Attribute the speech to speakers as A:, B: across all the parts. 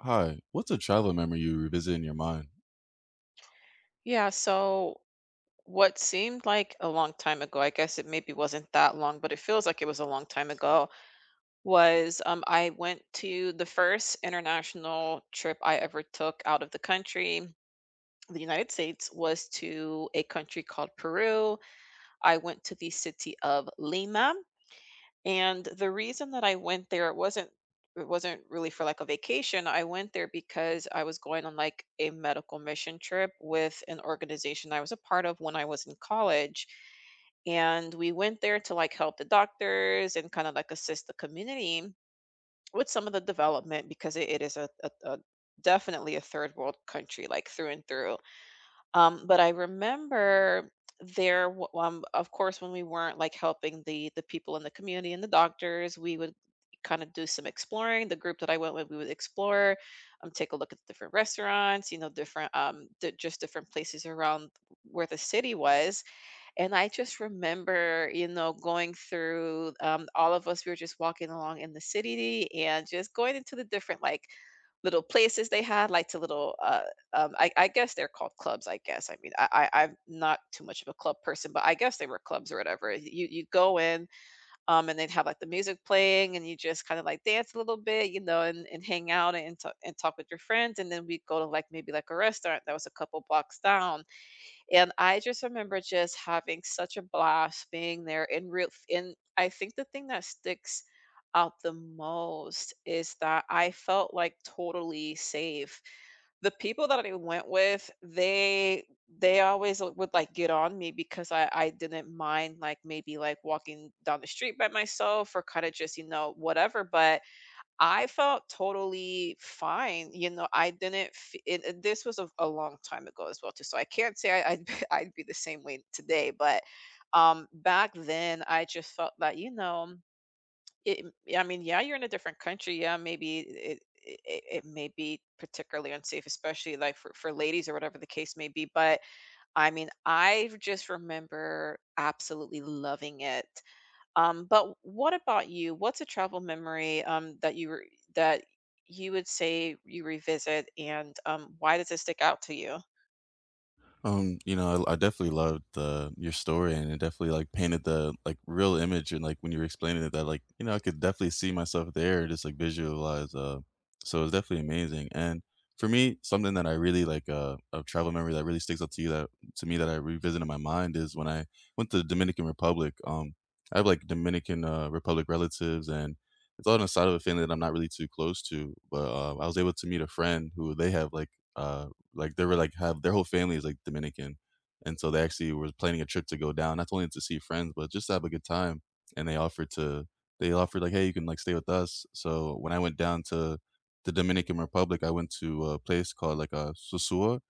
A: Hi, what's a travel memory you revisit in your mind?
B: Yeah, so what seemed like a long time ago, I guess it maybe wasn't that long, but it feels like it was a long time ago, was I went to the first international trip I ever took out of the country, the United States, was to a country called Peru. I went to the city of Lima. And the reason that I went there, it wasn't really for like a vacation. I went there because I was going on like a medical mission trip with an organization I was a part of when I was in college. And we went there to like help the doctors and kind of like assist the community with some of the development because it is a definitely a third world country, like through and through. But I remember there, of course, when we weren't like helping the people in the community and the doctors, we would kind of do some exploring. The group that I went with, we would explore, take a look at different restaurants, different, just different places around where the city was. And I just remember, going through all of us, we were just walking along in the city and just going into the different, like, little places they had, like to little, I guess they're called clubs, I guess. I mean, I'm not too much of a club person, but I guess they were clubs or whatever. You go in, and they'd have like the music playing and you just kind of like dance a little bit, you know, and hang out and, and talk with your friends. And then we'd go to like maybe like a restaurant that was a couple blocks down. And I just remember just having such a blast being there in real. And I think the thing that sticks out the most is that I felt like totally safe. The people that I went with, they always would like get on me because I didn't mind like maybe like walking down the street by myself or kind of just, you know, whatever, but I felt totally fine, you know. I didn't f it it This was a long time ago as well too, so I can't say I'd I'd be the same way today, but, back then, I just felt that, you know, it yeah, I mean, yeah, you're in a different country, yeah, maybe it may be particularly unsafe, especially, like, for ladies or whatever the case may be, but, I mean, I just remember absolutely loving it. But what about you? What's a travel memory that that you would say you revisit, and why does it stick out to you?
A: You know, I definitely loved the your story, and it definitely like painted the like real image, and like when you were explaining it, that like you know I could definitely see myself there, just like visualize. So it's definitely amazing. And for me, something that I really like a travel memory that really sticks out to you that to me that I revisit in my mind is when I went to the Dominican Republic. I have like Dominican Republic relatives, and it's all on the side of a family that I'm not really too close to, but I was able to meet a friend who they have like. Uh, like, they were, like, have their whole family is, like, Dominican, and so they actually were planning a trip to go down, not only to see friends, but just to have a good time, and they offered, like, "Hey, you can, like, stay with us." So when I went down to the Dominican Republic, I went to a place called, like, a Susua,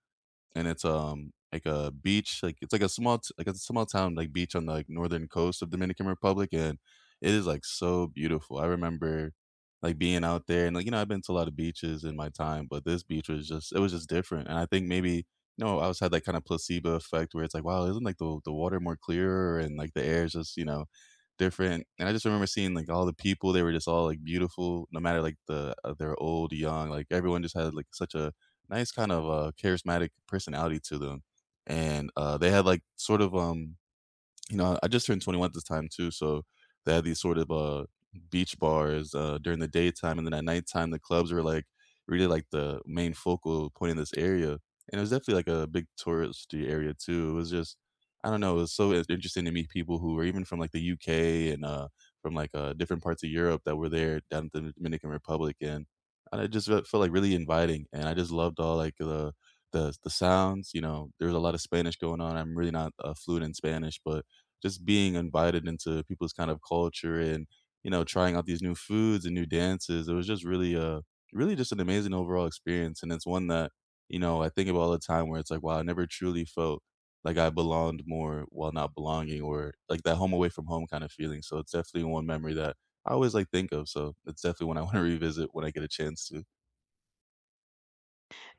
A: and it's, like a beach, like it's like a small t like a small town, like, beach on the, like, northern coast of Dominican Republic, and it is, like, so beautiful. I remember, like, being out there and, like, you know, I've been to a lot of beaches in my time, but this beach was just it was just different, and I think maybe, you know, I was had that kinda placebo effect where it's like, "Wow, isn't, like, the water more clearer and, like, the air is just, you know, different?" And I just remember seeing, like, all the people, they were just all, like, beautiful no matter, like, the they old, young, like, everyone just had, like, such a nice kind of, charismatic personality to them, and, they had, like, sort of, you know, I just turned 21 at this time too, so they had these sort of beach bars during the daytime, and then at nighttime the clubs were like really like the main focal point in this area. And it was definitely like a big touristy area too. It was just I don't know, it was so in- interesting to meet people who were even from like the UK and from like different parts of Europe that were there down at the Dominican Republic, and I just felt, like really inviting, and I just loved all like the the sounds, you know, there was a lot of Spanish going on. I'm really not fluent in Spanish, but just being invited into people's kind of culture and, you know, trying out these new foods and new dances. It was just really, really just an amazing overall experience. And it's one that, you know, I think about all the time where it's like, wow, I never truly felt like I belonged more while not belonging, or like that home away from home kind of feeling. So it's definitely one memory that I always like think of. So it's definitely one I want to revisit when I get a chance to.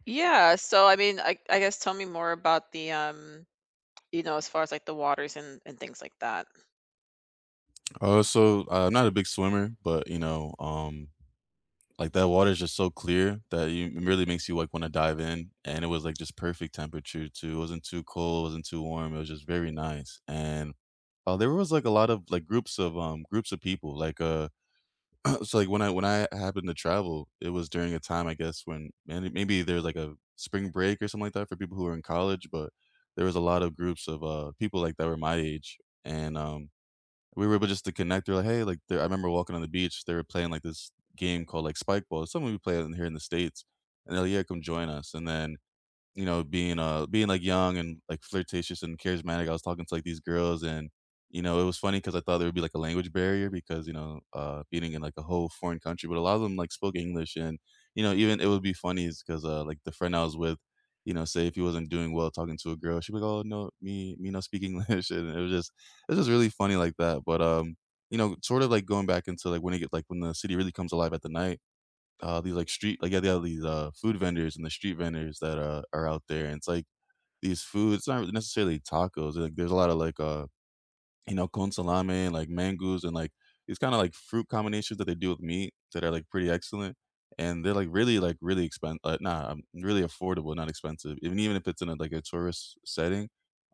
B: Yeah, so I mean, I guess tell me more about the, you know, as far as like the waters and things like that.
A: I'm not a big swimmer, but you know, like, that water is just so clear that you it really makes you, like, wanna dive in, and it was, like, just perfect temperature too, it wasn't too cold, it wasn't too warm, it was just very nice, and, there was, like, a lot of, like, groups of people, like, so, like, when I happened to travel, it was during a time, I guess, when many maybe there's, like, a spring break or something like that for people who are in college, but there was a lot of groups of, people, like, that were my age, and, we were able just to connect. They're like, "Hey," like, they're I remember walking on the beach, they were playing, like, this game called, like, spike ball. It's something we play in here in the States, and they're like, "Yeah, come join us," and then you know, being, being, like, young and, like, flirtatious and charismatic, I was talking to, like, these girls, and, you know, it was funny because I thought there would be, like, a language barrier because, you know, being in, like, a whole foreign country, but a lot of them, like, spoke English, and, you know, even it would be funny is because like, the friend I was with, you know, say if he wasn't doing well talking to a girl, she'd be like, "Oh, no, me not speak English," and it was just really funny like that, but, you know, sort of, like, going back into, like, when it get like, when the city really comes alive at the night, these like street like yeah, they have these food vendors and the street vendors that are out there, and it's like these foods not necessarily tacos, like there's a lot of like you know, con salame, like mangoes, and like these kind of like fruit combinations that they do with meat that are like pretty excellent. And they're like really expensive. Nah, really affordable, not expensive. Even even if it's in a, like a tourist setting,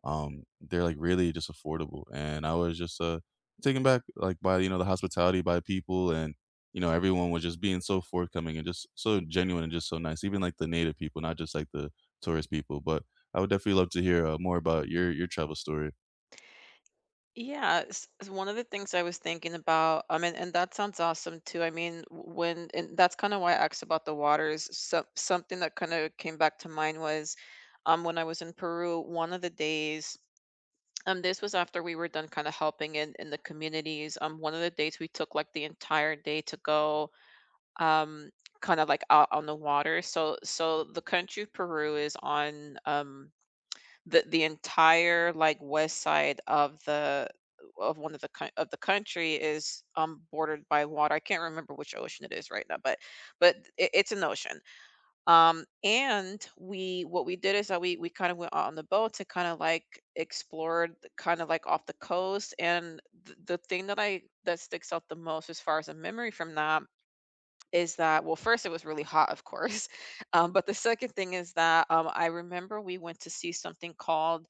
A: they're like really just affordable. And I was just taken back like by you know the hospitality by people, and you know everyone was just being so forthcoming and just so genuine and just so nice. Even like the native people, not just like the tourist people. But I would definitely love to hear more about your travel story.
B: One of the things I was thinking about, I mean, and that sounds awesome too. I mean, when and that's kind of why I asked about the waters. So something that kind of came back to mind was, when I was in Peru, one of the days. This was after we were done kind of helping in the communities. One of the dates we took like the entire day to go, um kind of like out on the water. So the country of Peru is on, the entire like west side of the, of the country is bordered by water. I can't remember which ocean it is right now, but it's an ocean. And we, what we did is that we kind of went out on the boat to kind of like explored kind of like off the coast. And the thing that I that sticks out the most as far as a memory from that is that, well, first it was really hot, of course. But the second thing is that, I remember we went to see something called,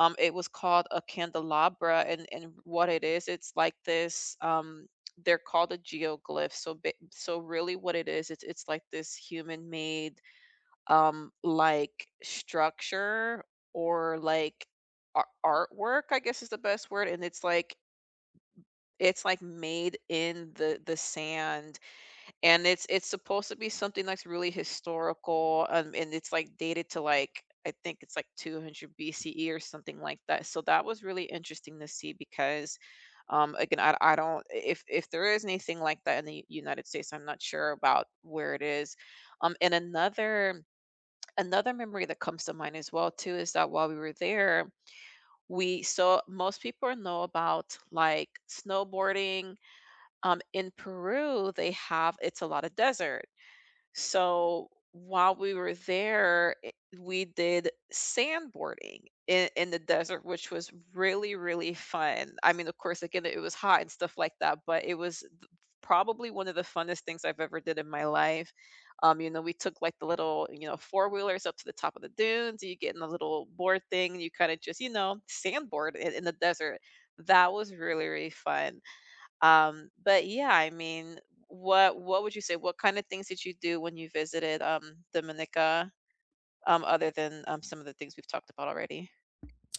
B: it was called a candelabra. And what it is, it's like this, they're called a geoglyph. So really what it is, it's like this human made, like structure, or like ar- artwork, I guess is the best word. And it's like made in the sand, and it's supposed to be something that's really historical, and it's like dated to like I think it's like 200 BCE or something like that. So that was really interesting to see because. Again, I don't, if there is anything like that in the United States, I'm not sure about where it is. And another another memory that comes to mind as well too is that while we were there, we saw, most people know about like snowboarding. In peru they have, it's a lot of desert, so while we were there, we did sandboarding in the desert, which was really, really fun. I mean, of course, again, it was hot and stuff like that, but it was probably one of the funnest things I've ever did in my life. You know, we took like the little, you know, four wheelers up to the top of the dunes. You get in the little board thing, and you kind of just, you know, sandboard in the desert. That was really, really fun. But yeah, I mean, what would you say? What kind of things did you do when you visited, Dominica, other than some of the things we've talked about already?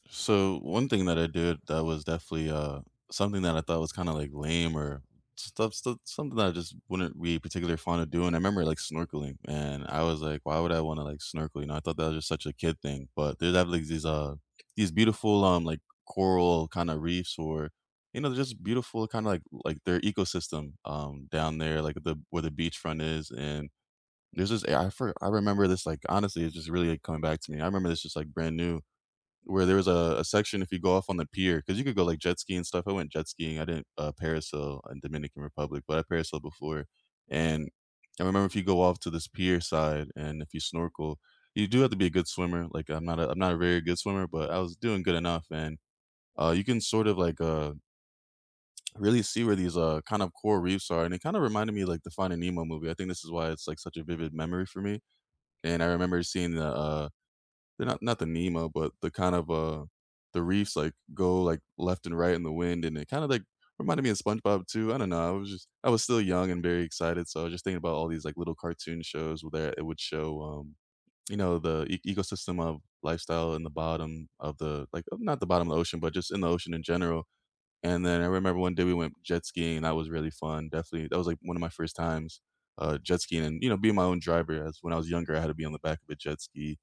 A: So one thing that I did that was definitely something that I thought was kind of like lame or stuff something that I just wouldn't be particularly fond of doing. I remember like snorkeling, and I was like, why would I want to like snorkel? You know, I thought that was just such a kid thing. But there's have like these beautiful like coral kind of reefs or you know just beautiful kind of like their ecosystem down there like the where the beachfront is, and there's this I for, I remember this like honestly it's just really like coming back to me. I remember this just like brand new where there was a section if you go off on the pier because you could go like jet ski and stuff. I went jet skiing. I didn't parasail in Dominican Republic, but I parasailed before. And I remember if you go off to this pier side and if you snorkel, you do have to be a good swimmer. Like I'm not a very good swimmer, but I was doing good enough. And you can sort of like really see where these kind of coral reefs are. And it kind of reminded me like the Finding Nemo movie. I think this is why it's like such a vivid memory for me. And I remember seeing the they're not the Nemo, but the kind of, the reefs, like, go, like, left and right in the wind, and it kinda, like, reminded me of SpongeBob too, I don't know, I was just I was still young and very excited, so I was just thinking about all these, like, little cartoon shows where it would show, you know, the e ecosystem of lifestyle in the bottom of the like, not the bottom of the ocean, but just in the ocean in general, and then I remember one day we went jet skiing, and that was really fun, definitely that was, like, one of my first times, jet skiing and, you know, being my own driver, as when I was younger, I had to be on the back of a jet ski.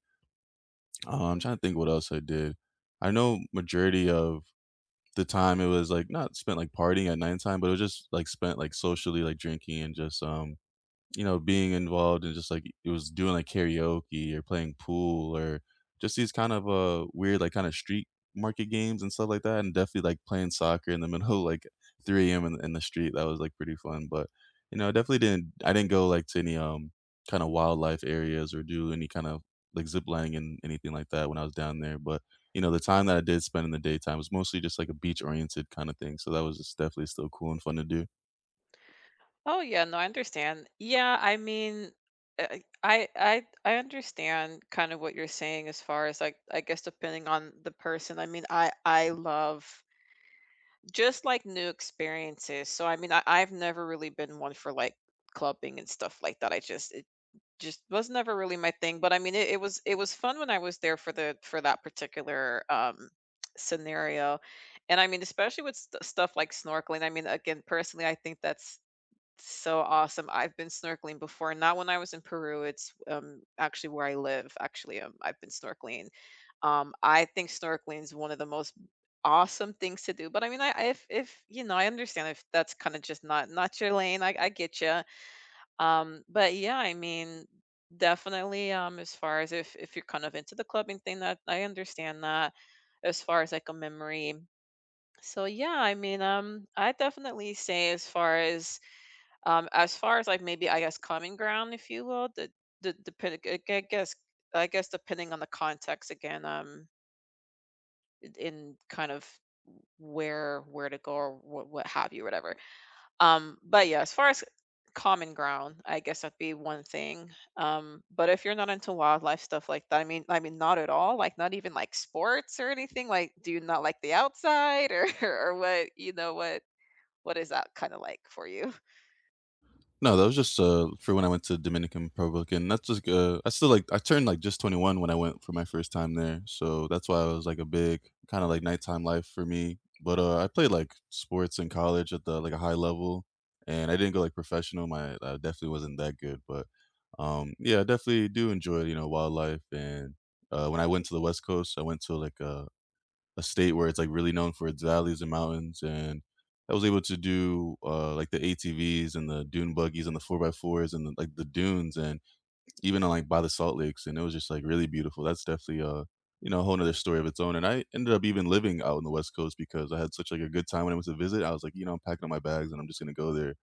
A: Uh, I'm trying to think what else I did. I know majority of the time it was, like, not spent, like, partying at nighttime, but it was just, like, spent, like, socially, like, drinking and just, you know, being involved in just like it was doing like karaoke or playing pool or just these kind of weird like kind of street market games and stuff like that, and definitely like playing soccer in the middle of, like 3 a.m. In the street. That was like pretty fun, but you know, I definitely didn't. I didn't go like to any kind of wildlife areas or do any kind of like zip lining and anything like that when I was down there. But you know, the time that I did spend in the daytime was mostly just like a beach oriented kind of thing. So that was just definitely still cool and fun to do.
B: Oh yeah, no, I understand. Yeah, I mean, uh, I I understand kind of what you're saying as far as like I guess depending on the person. I mean, I love just like new experiences. So I mean, I've never really been one for like clubbing and stuff like that. I just was never really my thing, but I mean, it was fun when I was there for the for that particular, scenario. And I mean, especially with stuff like snorkeling. I mean, again, personally, I think that's so awesome. I've been snorkeling before, not when I was in Peru. It's actually where I live. Actually, I've been snorkeling. I think snorkeling is one of the most awesome things to do. But I mean, if you know, I understand if that's kind of just not your lane. I get you. But yeah, I mean, definitely, as far as if you're kind of into the clubbing thing, that I understand that as far as like a memory. So yeah, I mean, I definitely say as far as, as far as like maybe I guess common ground, if you will, the depending, guess I guess depending on the context again, in kind of where to go or what have you, whatever. But yeah, as far as common ground, I guess that'd be one thing. But if you're not into wildlife stuff like that, I mean, not at all. Like, not even like sports or anything. Like, do you not like the outside or or what? You know what? What is that kind of like for you?
A: No, that was just, for when I went to Dominican Republic, and that's just, I still, like I turned, like, just 21 when I went for my first time there, so that's why it was, like, a big kinda, like, nighttime life for me, but, I played, like, sports in college at the like, a high level, and I didn't go, like, professional, my I definitely wasn't that good, but, yeah, I definitely do enjoy, you know, wildlife, and, when I went to the West Coast, I went to, like, a state where it's, like, really known for its valleys and mountains, and I was able to do, like, the ATVs and the dune buggies and the 4 by 4s and the like, the dunes and even on, like, by the salt lakes, and it was just, like, really beautiful. That's definitely a, you know, a whole 'nother story of its own, and I ended up even living out on the West Coast because I had such, like, a good time when I went to visit. I was like, "You know, I'm packing up my bags, and I'm just gonna go there,"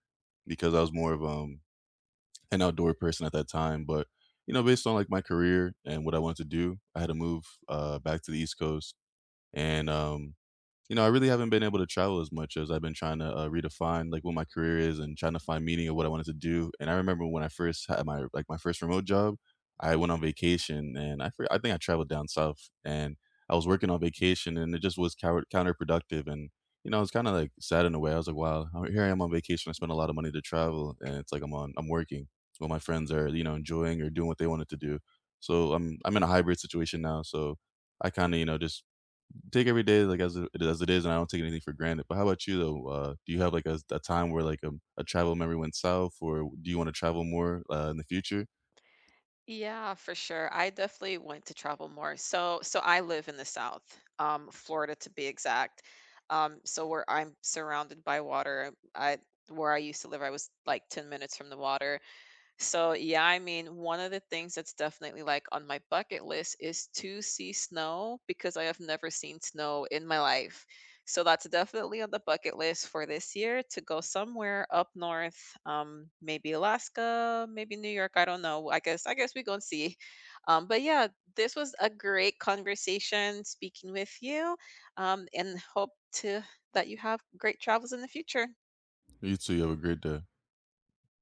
A: because I was more of, an outdoor person at that time, but, you know, based on, like, my career and what I wanted to do, I had to move, back to the East Coast, and, you know, I really haven't been able to travel as much as I've been trying to, redefine, like, what my career is and trying to find meaning of what I wanted to do, and I remember when I first had my like, my first remote job, I went on vacation, and I for I think I traveled down south, and I was working on vacation, and it just was cower counterproductive, and, you know, I was kinda, like, sad in a way. I was like, "Wow, oh, here I am on vacation, I spent a lot of money to travel, and it's like I'm on I'm working while my friends are, you know, enjoying or doing what they wanted to do." So, I'm in a hybrid situation now, so I kinda, you know, just take every day like as it is, and I don't take anything for granted. But how about you though? Do you have like a time where like a travel memory went south, or do you want to travel more in the future?
B: Yeah, for sure. I definitely want to travel more. So, so I live in the South, Florida to be exact. So where I'm surrounded by water, I where I used to live, I was like 10 minutes from the water. So yeah, I mean, one of the things that's definitely like on my bucket list is to see snow because I have never seen snow in my life. So that's definitely on the bucket list for this year to go somewhere up north, maybe Alaska, maybe New York. I don't know. I guess we go and see. But yeah, this was a great conversation speaking with you, and hope to, that you have great travels in the future.
A: You too. You have a great day.